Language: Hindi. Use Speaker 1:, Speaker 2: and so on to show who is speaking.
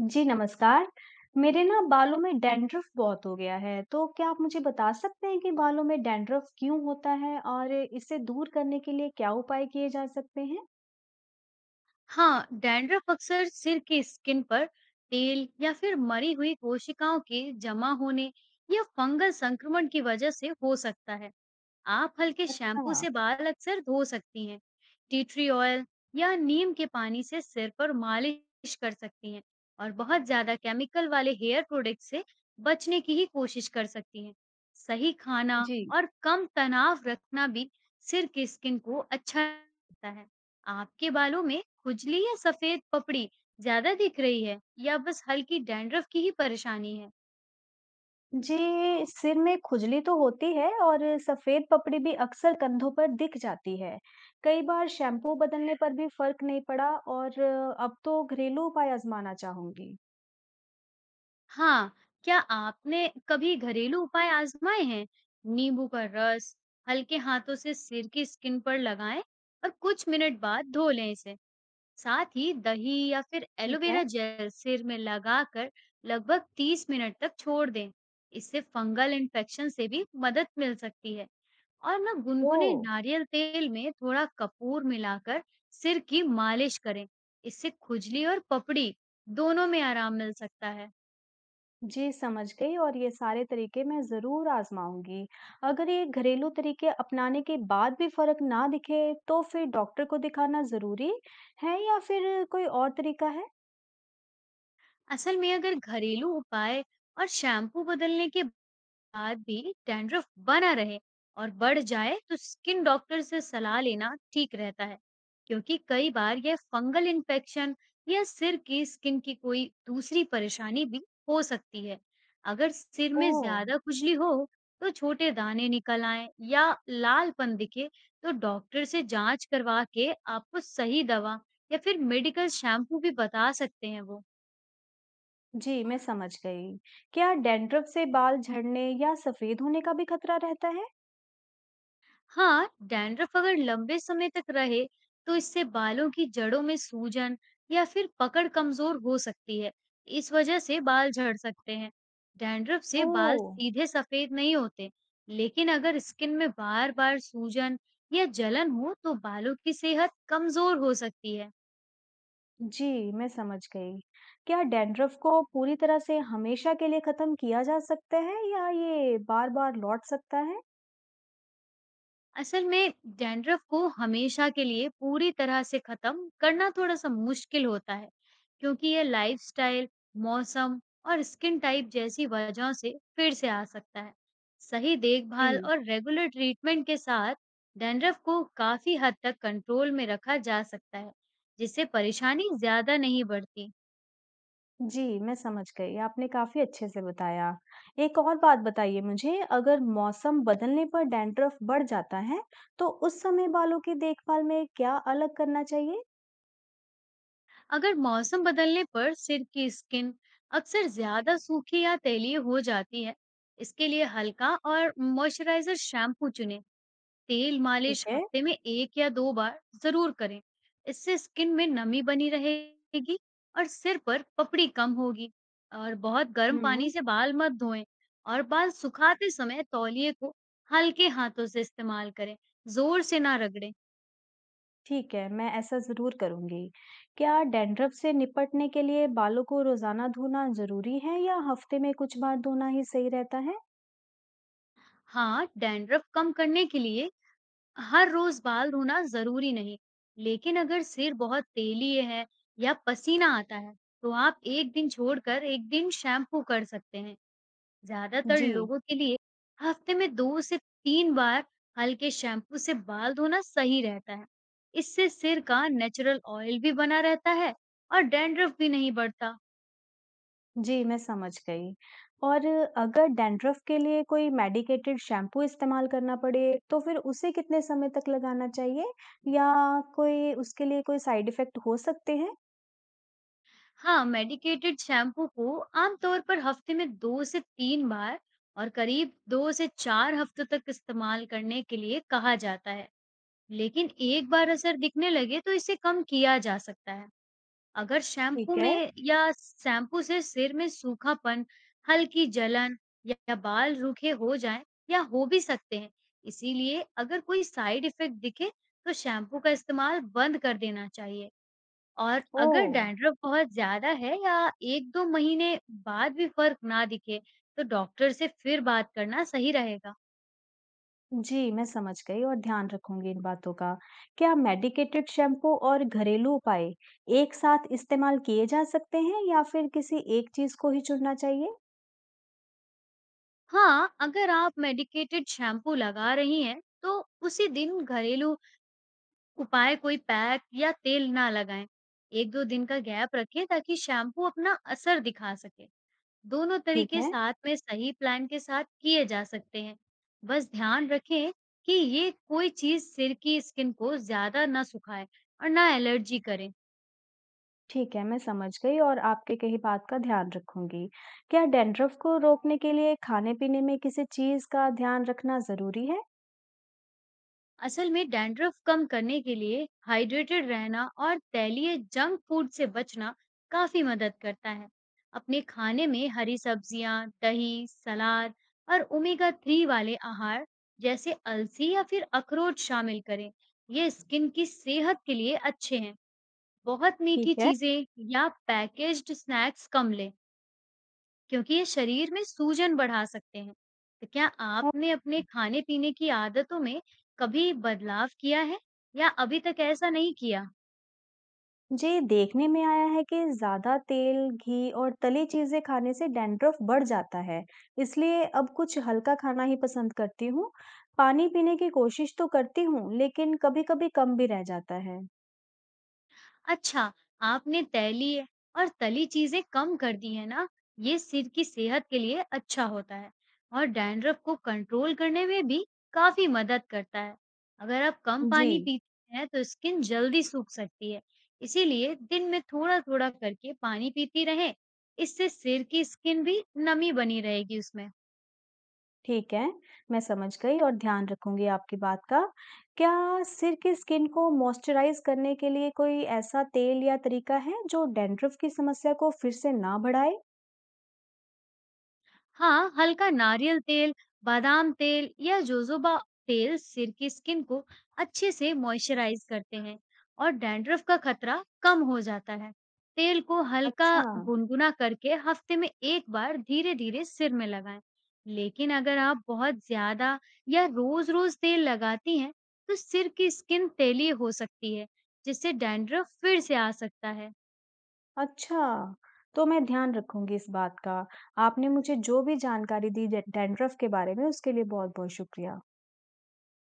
Speaker 1: जी, नमस्कार। मेरे बालों में डैंड्रफ बहुत हो गया है, तो क्या आप मुझे बता सकते हैं कि बालों में डैंड्रफ क्यों होता है और इसे दूर करने के लिए क्या उपाय किए जा सकते हैं?
Speaker 2: हाँ, डैंड्रफ अक्सर सिर की स्किन पर तेल या फिर मरी हुई कोशिकाओं के जमा होने या फंगल संक्रमण की वजह से हो सकता है। आप हल्के शैम्पू
Speaker 1: अच्छा।
Speaker 2: से बाल अक्सर धो सकती हैं। टी ट्री ऑयल या नीम के पानी से सिर पर मालिश कर सकती हैं और बहुत ज्यादा केमिकल वाले हेयर प्रोडक्ट से बचने की ही कोशिश कर सकती हैं। सही खाना
Speaker 1: जी।
Speaker 2: और कम तनाव रखना भी सिर की स्किन को अच्छा रखता है। आपके बालों में खुजली या सफेद पपड़ी ज्यादा दिख रही है, या बस हल्की डैंड्रफ की ही परेशानी है?
Speaker 1: जी, सिर में खुजली तो होती है और सफ़ेद पपड़ी भी अक्सर कंधों पर दिख जाती है। कई बार शैम्पू बदलने पर भी फ़र्क नहीं पड़ा और अब तो घरेलू उपाय आज़माना चाहूँगी।
Speaker 2: हाँ, क्या आपने कभी घरेलू उपाय आजमाए हैं? नींबू का रस हल्के हाथों से सिर की स्किन पर लगाएँ और कुछ मिनट बाद धो लें इसे। साथ ही दही या फिर
Speaker 1: ठीक है।
Speaker 2: एलोवेरा जेल सिर में लगाकर लगभग 30 मिनट तक छोड़ दें। इससे फंगल इन्फेक्शन से भी मदद मिल सकती है, और ना गुनगुने
Speaker 1: ओह!
Speaker 2: नारियल तेल में थोड़ा कपूर मिलाकर सिर की मालिश करें। इससे खुजली और पपड़ी दोनों में आराम मिल सकता है।
Speaker 1: जी, समझ गई और ये सारे तरीके मैं ज़रूर आज़माऊँगी। अगर ये घरेलू तरीके अपनाने के बाद भी फ़र्क ना दिखे, तो फिर डॉक्टर को दिखाना ज़रूरी है या फिर कोई और तरीका है?
Speaker 2: असल में अगर घरेलू उपाय और शैम्पू बदलने के बाद भी डैंड्रफ बना रहे और बढ़ जाए, तो स्किन डॉक्टर से सलाह लेना ठीक रहता है, क्योंकि कई बार यह फंगल इन्फेक्शन या सिर की स्किन की कोई दूसरी परेशानी भी हो सकती है। अगर सिर में
Speaker 1: ओह!
Speaker 2: ज्यादा खुजली हो, तो छोटे दाने निकल आए या लालपन दिखे, तो डॉक्टर से जांच करवा के आपको सही दवा या फिर मेडिकल शैम्पू भी बता सकते हैं वो।
Speaker 1: जी, मैं समझ गई। क्या डैंड्रफ से बाल झड़ने या सफ़ेद होने का भी खतरा रहता है?
Speaker 2: हाँ, डैंड्रफ अगर लंबे समय तक रहे, तो इससे बालों की जड़ों में सूजन या फिर पकड़ कमजोर हो सकती है। इस वजह से बाल झड़ सकते हैं। डैंड्रफ से बाल
Speaker 1: ओह!
Speaker 2: सीधे सफेद नहीं होते, लेकिन अगर स्किन में बार-बार सूजन या जलन हो, तो बालों की सेहत कमजोर हो सकती है।
Speaker 1: जी, मैं समझ गई। क्या डैंड्रफ को पूरी तरह से हमेशा के लिए ख़त्म किया जा सकता है या ये बार-बार लौट सकता है?
Speaker 2: असल में डैंड्रफ को हमेशा के लिए पूरी तरह से खत्म करना थोड़ा सा मुश्किल होता है, क्योंकि यह लाइफस्टाइल, मौसम और स्किन टाइप जैसी वजहों से फिर से आ सकता है। सही
Speaker 1: जी।
Speaker 2: देखभाल और रेगुलर ट्रीटमेंट के साथ डैंड्रफ को काफी हद तक कंट्रोल में रखा जा सकता है, जिससे परेशानी ज्यादा नहीं बढ़ती।
Speaker 1: जी, मैं समझ गई, आपने काफ़ी अच्छे से बताया। एक और बात बताइए मुझे, अगर मौसम बदलने पर डैंड्रफ बढ़ जाता है, तो उस समय बालों की देखभाल में क्या अलग करना चाहिए?
Speaker 2: अगर मौसम बदलने पर सिर की स्किन अक्सर ज्यादा सूखी या तैलीय हो जाती है, इसके लिए हल्का और मॉइस्चराइजर शैम्पू चुनें। तेल मालिश
Speaker 1: ठीक है।
Speaker 2: हफ्ते में एक या दो बार जरूर करें। इससे स्किन में नमी बनी रहेगी और सिर पर पपड़ी कम होगी। और बहुत गर्म पानी
Speaker 1: हुँ।
Speaker 2: से बाल मत धोएं, और बाल सुखाते समय तौलिए को हल्के हाथों से इस्तेमाल करें, जोर से ना रगड़ें।
Speaker 1: ठीक है, मैं ऐसा ज़रूर करूँगी। क्या डैंड्रफ से निपटने के लिए बालों को रोज़ाना धोना ज़रूरी है या हफ़्ते में कुछ बार धोना ही सही रहता है?
Speaker 2: हाँ, डैंड्रफ कम करने के लिए हर रोज बाल धोना जरूरी नहीं, लेकिन अगर सिर बहुत तेलीय है या पसीना आता है, तो आप एक दिन छोड़कर एक दिन शैम्पू कर सकते हैं। ज्यादातर
Speaker 1: जी।
Speaker 2: लोगों के लिए हफ्ते में 2 से 3 बार हल्के शैम्पू से बाल धोना सही रहता है। इससे सिर का नेचुरल ऑयल भी बना रहता है और डैंड्रफ भी नहीं बढ़ता।
Speaker 1: जी, मैं समझ गई। और अगर डैंड्रफ के लिए कोई मेडिकेटेड शैम्पू इस्तेमाल करना पड़े, तो फिर उसे कितने समय तक लगाना चाहिए या कोई उसके लिए कोई साइड इफ़ेक्ट हो सकते हैं?
Speaker 2: हाँ, मेडिकेटेड शैम्पू को आमतौर पर हफ्ते में 2 से 3 बार और करीब 2 से 4 हफ्तों तक इस्तेमाल करने के लिए कहा जाता है। लेकिन एक बार असर दिखने लगे, तो इसे कम किया जा सकता है। अगर शैम्पू
Speaker 1: ठीक है।
Speaker 2: में या शैम्पू से सिर में सूखापन, हल्की जलन या बाल रूखे हो जाएं, या हो भी सकते हैं। इसीलिए अगर कोई साइड इफेक्ट दिखे, तो शैम्पू का इस्तेमाल बंद कर देना चाहिए। और अगर
Speaker 1: ओह।
Speaker 2: डैंड्रफ बहुत ज़्यादा है या 1-2 महीने बाद भी फ़र्क ना दिखे, तो डॉक्टर से फिर बात करना सही रहेगा।
Speaker 1: जी, मैं समझ गई और ध्यान रखूंगी इन बातों का। क्या मेडिकेटेड शैम्पू और घरेलू उपाय एक साथ इस्तेमाल किए जा सकते हैं या फिर किसी एक चीज़ को ही चुनना चाहिए?
Speaker 2: हाँ, अगर आप मेडिकेटेड शैम्पू लगा रही हैं, तो उसी दिन घरेलू उपाय, कोई पैक या तेल ना लगाएं। 1-2 दिन का गैप रखें, ताकि शैम्पू अपना असर दिखा सके। दोनों
Speaker 1: ठीक
Speaker 2: तरीके
Speaker 1: है।
Speaker 2: साथ में सही प्लान के साथ किए जा सकते हैं। बस ध्यान रखें कि ये कोई चीज सिर की स्किन को ज्यादा ना सुखाए और ना एलर्जी करे।
Speaker 1: ठीक है, मैं समझ गई और आपके कही बात का ध्यान रखूँगी। क्या डैंड्रफ को रोकने के लिए खाने-पीने में किसी चीज़ का ध्यान रखना ज़रूरी है?
Speaker 2: असल में डैंड्रफ कम करने के लिए हाइड्रेटेड रहना और तैलीय जंक फूड से बचना काफी मदद करता है। अपने खाने में हरी सब्जियां, दही, सलाद और ओमेगा 3 वाले आहार, जैसे अलसी या फिर अखरोट शामिल करें। ये स्किन की सेहत के लिए अच्छे हैं। बहुत
Speaker 1: ठीक
Speaker 2: मीठी
Speaker 1: है।
Speaker 2: चीजें या पैकेज्ड स्नैक्स कम लें, क्योंकि ये शरीर में सूजन बढ़ा सकते हैं। तो क्या
Speaker 1: और
Speaker 2: आपने अपने खाने-पीने की आदतों में कभी बदलाव किया है, या अभी तक ऐसा नहीं किया?
Speaker 1: जी, देखने में आया है कि ज़्यादा तेल, घी और तली चीज़ें खाने से डैंड्रफ बढ़ जाता है, इसलिए अब कुछ हल्का खाना ही पसंद करती हूँ। पानी पीने की कोशिश तो करती हूँ, लेकिन कभी-कभी कम भी रह जाता है।
Speaker 2: अच्छा, आपने तैली और तली चीज़ें कम कर दी हैं ना, ये सिर की सेहत के लिए अच्छा होता है और डैंड्रफ को कंट्रोल करने में भी काफ़ी मदद करता है। अगर आप कम
Speaker 1: जी।
Speaker 2: पानी पीते हैं, तो स्किन जल्दी सूख सकती है, इसीलिए दिन में थोड़ा-थोड़ा करके पानी पीती रहें, इससे सिर की स्किन भी नमी बनी रहेगी उसमें।
Speaker 1: ठीक है, मैं समझ गई और ध्यान रखूँगी आपकी बात का। क्या सिर की स्किन को मॉइस्चराइज़ करने के लिए कोई ऐसा तेल या तरीका है जो डैंड्रफ की समस्या को फिर से ना बढ़ाए?
Speaker 2: हाँ, हल्का नारियल तेल, बादाम तेल या जोजोबा तेल सिर की स्किन को अच्छे से मॉइस्चराइज करते हैं और डैंड्रफ का खतरा कम हो जाता है। तेल को हल्का
Speaker 1: अच्छा।
Speaker 2: गुनगुना करके हफ्ते में एक बार धीरे-धीरे सिर में लगाएं। लेकिन अगर आप बहुत ज्यादा या रोज-रोज तेल लगाती हैं, तो सिर की स्किन तैलीय हो सकती है, जिससे डैंड्रफ फिर से आ सकता है।
Speaker 1: अच्छा। तो मैं ध्यान रखूँगी इस बात का। आपने मुझे जो भी जानकारी दी डै डैंड्रफ के बारे में उसके लिए बहुत-बहुत शुक्रिया।